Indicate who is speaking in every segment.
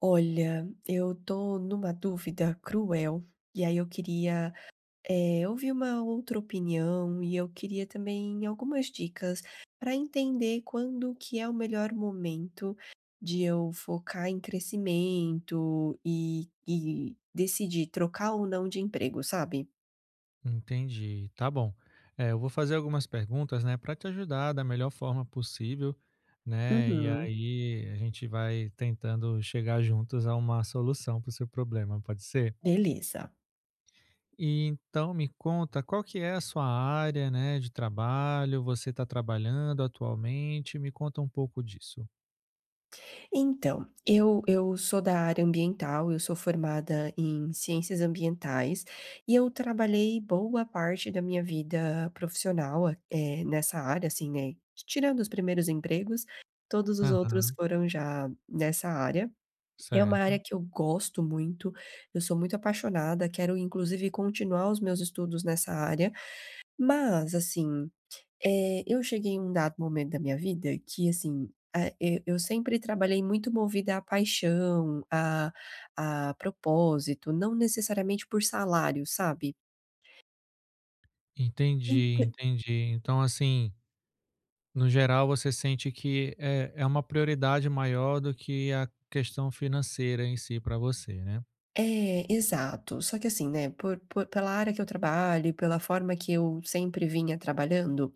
Speaker 1: Olha, eu tô numa dúvida cruel, e aí eu queria, ouvir uma outra opinião e eu queria também algumas dicas para entender quando que é o melhor momento de eu focar em crescimento e decidir trocar ou não de emprego, sabe?
Speaker 2: Entendi, tá bom. É, eu vou fazer algumas perguntas, né, para te ajudar da melhor forma possível, né? E
Speaker 1: Uhum,
Speaker 2: aí a gente vai tentando chegar juntos a uma solução para o seu problema, pode ser?
Speaker 1: beleza.
Speaker 2: E então me conta qual que é a sua área, né, de trabalho? Você está trabalhando atualmente? Me conta um pouco disso.
Speaker 1: Então, eu sou da área ambiental, eu sou formada em ciências ambientais e eu trabalhei boa parte da minha vida profissional, nessa área, assim, né, tirando os primeiros empregos, todos os
Speaker 2: Aham,
Speaker 1: outros foram já nessa área. É uma área
Speaker 2: certo.
Speaker 1: que eu gosto muito, eu sou muito apaixonada, quero inclusive continuar os meus estudos nessa área, mas assim eu cheguei em um dado momento da minha vida que, assim, eu sempre trabalhei muito movida à paixão, a propósito, não necessariamente por salário, sabe.
Speaker 2: Entendi,
Speaker 1: Ente
Speaker 2: entendi. Então assim, no geral, você sente que é uma prioridade maior do que a questão financeira em si para você, né?
Speaker 1: É, exato. Só que assim, né, por pela área que eu trabalho e pela forma que eu sempre vinha trabalhando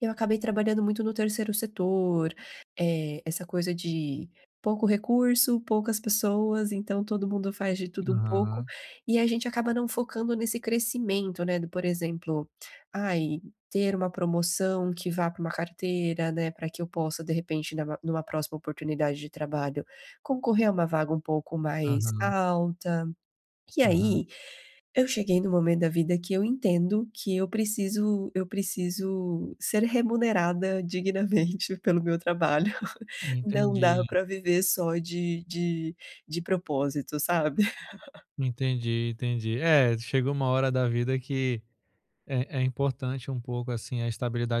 Speaker 1: eu acabei trabalhando muito no terceiro setor, essa coisa de pouco recurso, poucas pessoas, então todo mundo faz de tudo um pouco,
Speaker 2: Aham,
Speaker 1: e a gente acaba não focando nesse crescimento, né, do por exemplo, ai, ter uma promoção que vá para uma carteira, né, para que eu possa de repente numa próxima oportunidade de trabalho, concorrer a uma vaga um pouco mais
Speaker 2: aham,
Speaker 1: alta. E
Speaker 2: aham.
Speaker 1: aí eu cheguei no momento da vida que eu entendo que eu preciso ser remunerada dignamente pelo meu trabalho. Não dá
Speaker 2: Entendi,
Speaker 1: para viver só de de propósito, sabe.
Speaker 2: entendi, entendi. É, chegou uma hora da vida que é importante um pouco, assim, a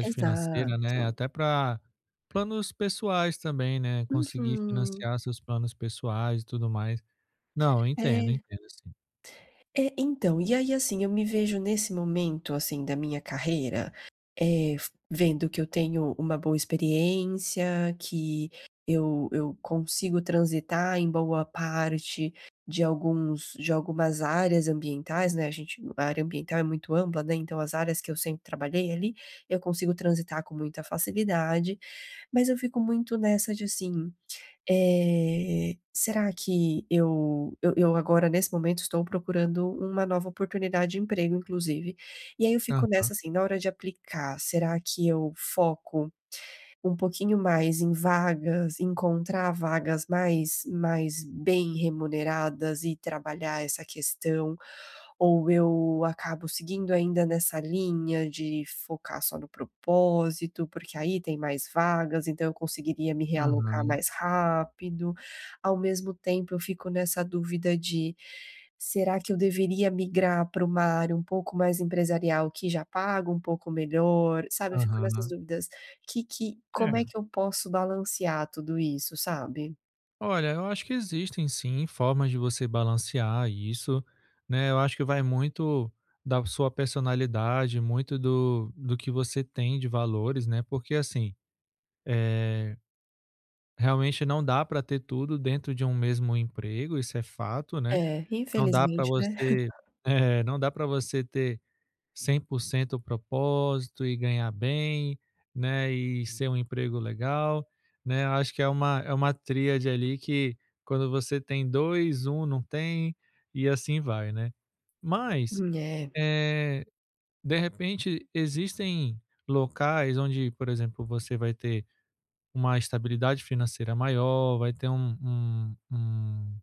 Speaker 2: financeira,
Speaker 1: Exato.
Speaker 2: né, até para planos pessoais também, né, conseguir
Speaker 1: Uhum.
Speaker 2: financiar seus planos pessoais e tudo mais. Não, eu entendo,
Speaker 1: É.
Speaker 2: entendo sim.
Speaker 1: É, então, e aí, assim, eu me vejo nesse momento, assim, da minha carreira, f vendo que eu tenho uma boa experiência, que eu consigo transitar em boa parte de alguns de algumas áreas ambientais, né, a gente a área ambiental é muito ampla, né, então as áreas que eu sempre trabalhei ali, eu consigo transitar com muita facilidade, mas eu fico muito nessa de assim será que eu agora nesse momento estou procurando uma nova oportunidade de emprego inclusive, e aí eu fico
Speaker 2: Aham,
Speaker 1: nessa, assim, na hora de aplicar, será que eu foco um pouquinho mais em vagas, encontrar vagas mais bem remuneradas e trabalhar essa questão, ou eu acabo seguindo ainda nessa linha de focar só no propósito, porque aí tem mais vagas, então eu conseguiria me realocar
Speaker 2: aham,
Speaker 1: mais rápido. Ao mesmo tempo, eu fico nessa dúvida de: será que eu deveria migrar para uma área um pouco mais empresarial que já paga um pouco melhor? Sabe, eu fico nessas
Speaker 2: aham.
Speaker 1: dúvidas. Que como
Speaker 2: É.
Speaker 1: é que eu posso balancear tudo isso, sabe?
Speaker 2: Olha, eu acho que existem sim formas de você balancear isso, né? Eu acho que vai muito da sua personalidade, muito do que você tem de valores, né? Porque assim, é, realmente não dá para ter tudo dentro de um mesmo emprego, isso é fato, né?
Speaker 1: É,
Speaker 2: Não dá para
Speaker 1: infelizmente, né?
Speaker 2: você, é, não dá para você ter 100% o propósito e ganhar bem, né, e ser um emprego legal, né. Eu acho que é uma tríade ali que, quando você tem dois, um não tem, e assim vai, né. Mas,
Speaker 1: É.
Speaker 2: eh, de repente existem locais onde, por exemplo, você vai ter uma estabilidade financeira maior, vai ter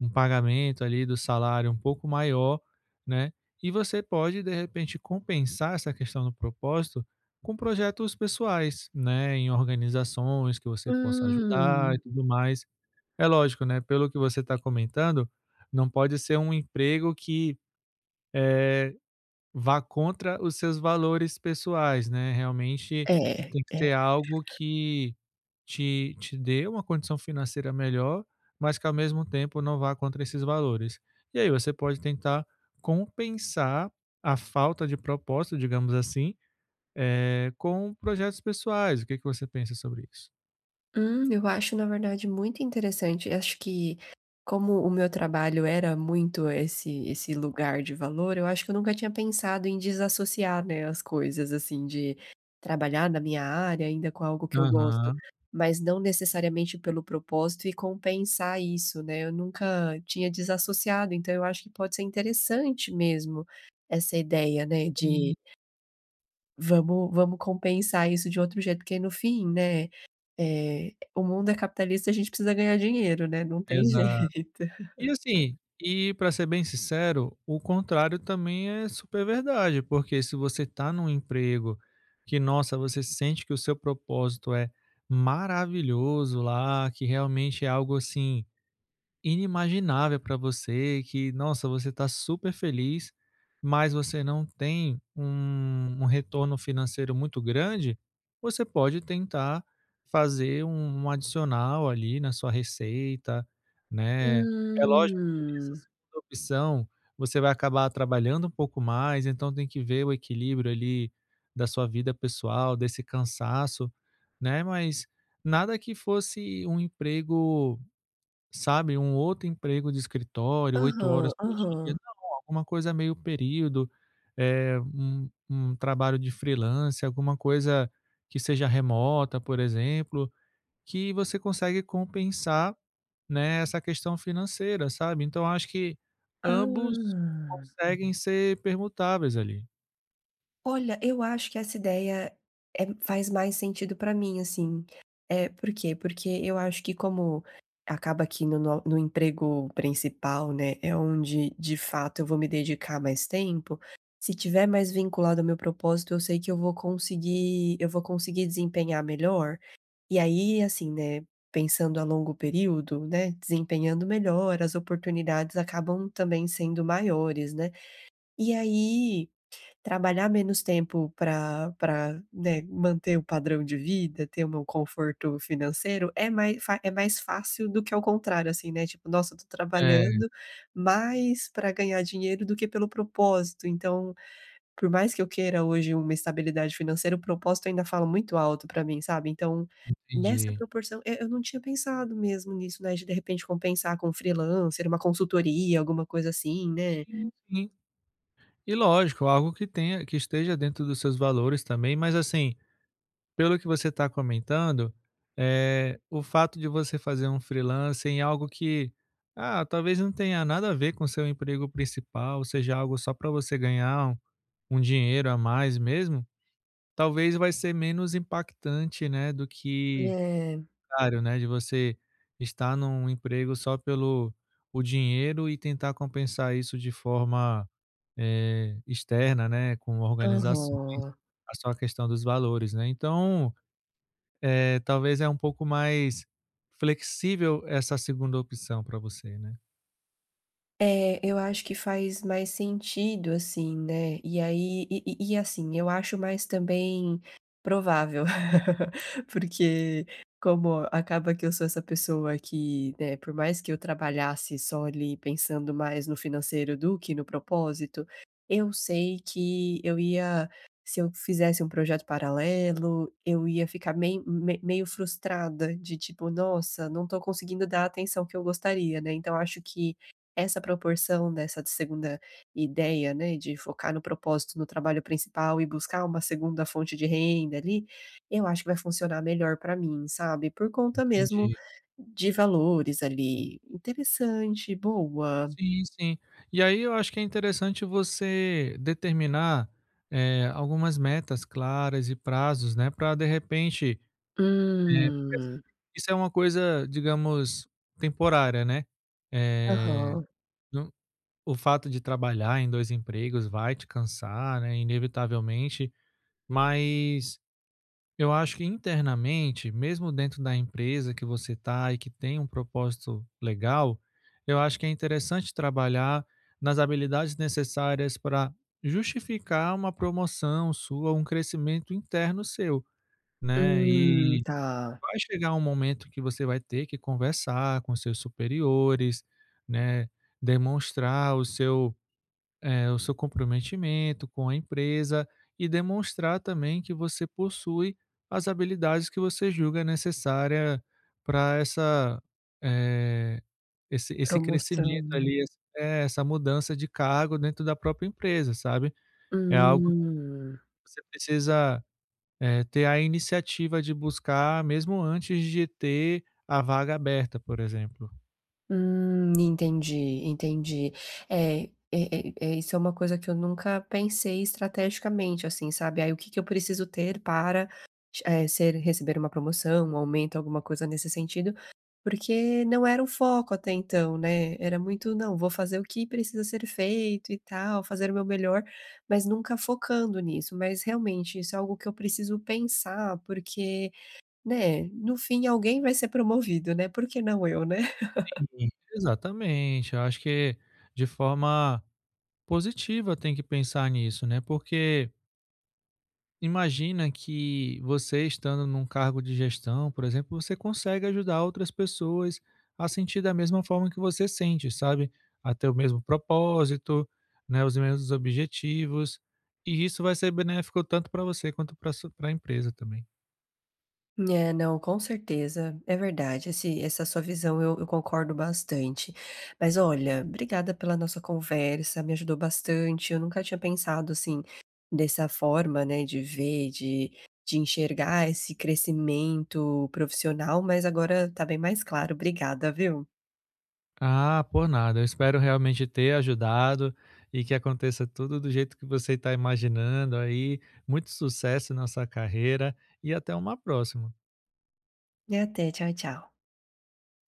Speaker 2: um pagamento ali do salário um pouco maior, né? E você pode, de repente, compensar essa questão do propósito com projetos pessoais, né? Em organizações que você possa ajudar e
Speaker 1: Hum.
Speaker 2: tudo mais. É lógico, né? Pelo que você está comentando, não pode ser um emprego que vá contra os seus valores pessoais, né, realmente
Speaker 1: É,
Speaker 2: tem que ser
Speaker 1: é.
Speaker 2: algo que te dê uma condição financeira melhor, mas que ao mesmo tempo não vá contra esses valores. E aí você pode tentar compensar a falta de propósito, digamos assim, com projetos pessoais. O que que você pensa sobre isso?
Speaker 1: Eu acho, na verdade, muito interessante. Eu acho que como o meu trabalho era muito esse lugar de valor, eu acho que eu nunca tinha pensado em desassociar, né, as coisas, assim, de trabalhar na minha área ainda com algo que eu gosto,
Speaker 2: Aham,
Speaker 1: mas não necessariamente pelo propósito e compensar isso, né? Eu nunca tinha desassociado, então eu acho que pode ser interessante mesmo essa ideia, né,
Speaker 2: sim,
Speaker 1: de vamos compensar isso de outro jeito, porque no fim, né? O mundo é capitalista e a gente precisa ganhar dinheiro, né, não tem
Speaker 2: exato.
Speaker 1: jeito.
Speaker 2: E assim, e para ser bem sincero, o contrário também é super verdade, porque se você tá num emprego que, nossa, você sente que o seu propósito é maravilhoso lá, que realmente é algo assim inimaginável para você, que, nossa, você está super feliz, mas você não tem um retorno financeiro muito grande, você pode tentar fazer um adicional ali na sua receita, né. É lógico que nessa
Speaker 1: Hum.
Speaker 2: segunda opção, você vai acabar trabalhando um pouco mais, então tem que ver o equilíbrio ali da sua vida pessoal, desse cansaço, né, mas nada que fosse um emprego. Sabe, um outro emprego de escritório, 8
Speaker 1: Aham,
Speaker 2: horas por dia,
Speaker 1: aham.
Speaker 2: não, alguma coisa meio período, um trabalho de freelancer, alguma coisa que seja remota, por exemplo, que você consegue compensar, né, essa questão financeira, sabe. Então acho que ambos
Speaker 1: Ah.
Speaker 2: conseguem ser permutáveis ali.
Speaker 1: Olha, eu acho que essa ideia, faz mais sentido pra mim, assim. Eh, por quê? Porque eu acho que como acaba que no no emprego principal, né, é onde de fato eu vou me dedicar mais tempo, se tiver mais vinculado ao meu propósito, eu sei que eu vou conseguir desempenhar melhor. E aí, assim, né, pensando a longo período, né, desempenhando melhor, as oportunidades acabam também sendo maiores, né. E aí, trabalhar menos tempo para né, manter o padrão de vida, ter o meu conforto financeiro, é mais fa é mais fácil do que ao contrário, assim, né, tipo: "Nossa, eu tô
Speaker 2: É,
Speaker 1: trabalhando mais para ganhar dinheiro do que pelo propósito", então por mais que eu queira hoje uma estabilidade financeira, o propósito ainda fala muito alto pra mim, sabe. Então, nessa
Speaker 2: entendi.
Speaker 1: proporção eu não tinha pensado mesmo nisso, né, de repente compensar com um freelancer, uma consultoria, alguma coisa assim, né.
Speaker 2: Sim, sim. E lógico, algo que tenha que esteja dentro dos seus valores também, mas assim, pelo que você está comentando, o fato de você fazer um freelancer em algo que, ah, talvez não tenha nada a ver com seu emprego principal, seja algo só para você ganhar um dinheiro a mais mesmo, talvez vai ser menos impactante, né, do que,
Speaker 1: É,
Speaker 2: claro, né, de você estar num emprego só pelo o dinheiro e tentar compensar isso de forma, externa, né, com organizações,
Speaker 1: aham.
Speaker 2: a sua questão dos valores, né. Então, talvez é um pouco mais flexível essa segunda opção para você, né?
Speaker 1: É, eu acho que faz mais sentido, assim, né, e aí e assim, eu acho mais também provável, porque como acaba que eu sou essa pessoa que, né, por mais que eu trabalhasse só ali pensando mais no financeiro do que no propósito, eu sei que eu ia se eu fizesse um projeto paralelo, eu ia ficar meio me meio frustrada de tipo: "Nossa, não tô conseguindo dar a atenção que eu gostaria", né, então acho que essa proporção dessa segunda ideia, né, de focar no propósito no trabalho principal e buscar uma segunda fonte de renda ali, eu acho que vai funcionar melhor para mim, sabe, por conta mesmo
Speaker 2: Entendi.
Speaker 1: de valores ali. Interessante, boa.
Speaker 2: Sim, sim. E aí eu acho que é interessante você determinar, algumas metas claras e prazos, né. Para, de repente, porque assim,
Speaker 1: Hum.
Speaker 2: isso é uma coisa, digamos, temporária, né? Eh,
Speaker 1: Aham.
Speaker 2: não, o fato de trabalhar em 2 empregos vai te cansar, né, inevitavelmente, mas eu acho que, internamente, mesmo dentro da empresa que você está e que tem um propósito legal, eu acho que é interessante trabalhar nas habilidades necessárias para justificar uma promoção sua, um crescimento interno seu, né? E
Speaker 1: Tá.
Speaker 2: vai chegar um momento que você vai ter que conversar com seus superiores, né? Demonstrar o seu é, o seu comprometimento com a empresa e demonstrar também que você possui as habilidades que você julga necessária para essa, eh, esse,
Speaker 1: Promoção,
Speaker 2: crescimento
Speaker 1: né.
Speaker 2: ali, é, essa mudança de cargo dentro da própria empresa, sabe? É algo
Speaker 1: Hum.
Speaker 2: que você precisa, ter a iniciativa de buscar mesmo antes de ter a vaga aberta, por exemplo.
Speaker 1: Entendi, entendi. É, é, é, é, isso é uma coisa que eu nunca pensei estrategicamente, assim, sabe? Aí o que que eu preciso ter para ser, receber uma promoção, um aumento, alguma coisa nesse sentido, porque não era o foco até então, né? Era muito, não, vou fazer o que precisa ser feito e tal, fazer o meu melhor, mas nunca focando nisso. Mas realmente, isso é algo que eu preciso pensar, porque, né, no fim alguém vai ser promovido, né? Por que não eu, né?
Speaker 2: Sim. Exatamente, eu acho que, de forma positiva, tem que pensar nisso, né, porque imagina que você, estando num cargo de gestão, por exemplo, você consegue ajudar outras pessoas a sentir da mesma forma que você sente, sabe, a ter o mesmo propósito, né, os mesmos objetivos, e isso vai ser benéfico tanto para você quanto para a empresa também.
Speaker 1: É, não, com certeza, é verdade, esse essa sua visão eu concordo bastante. Mas olha, obrigada pela nossa conversa, me ajudou bastante, eu nunca tinha pensado, assim, dessa forma, né, de ver, de enxergar esse crescimento profissional, mas agora tá bem mais claro. Obrigada, viu.
Speaker 2: Ah, por nada, eu espero realmente ter ajudado e que aconteça tudo do jeito que você está imaginando aí. Muito sucesso na sua carreira e até uma próxima.
Speaker 1: E até, tchau, tchau.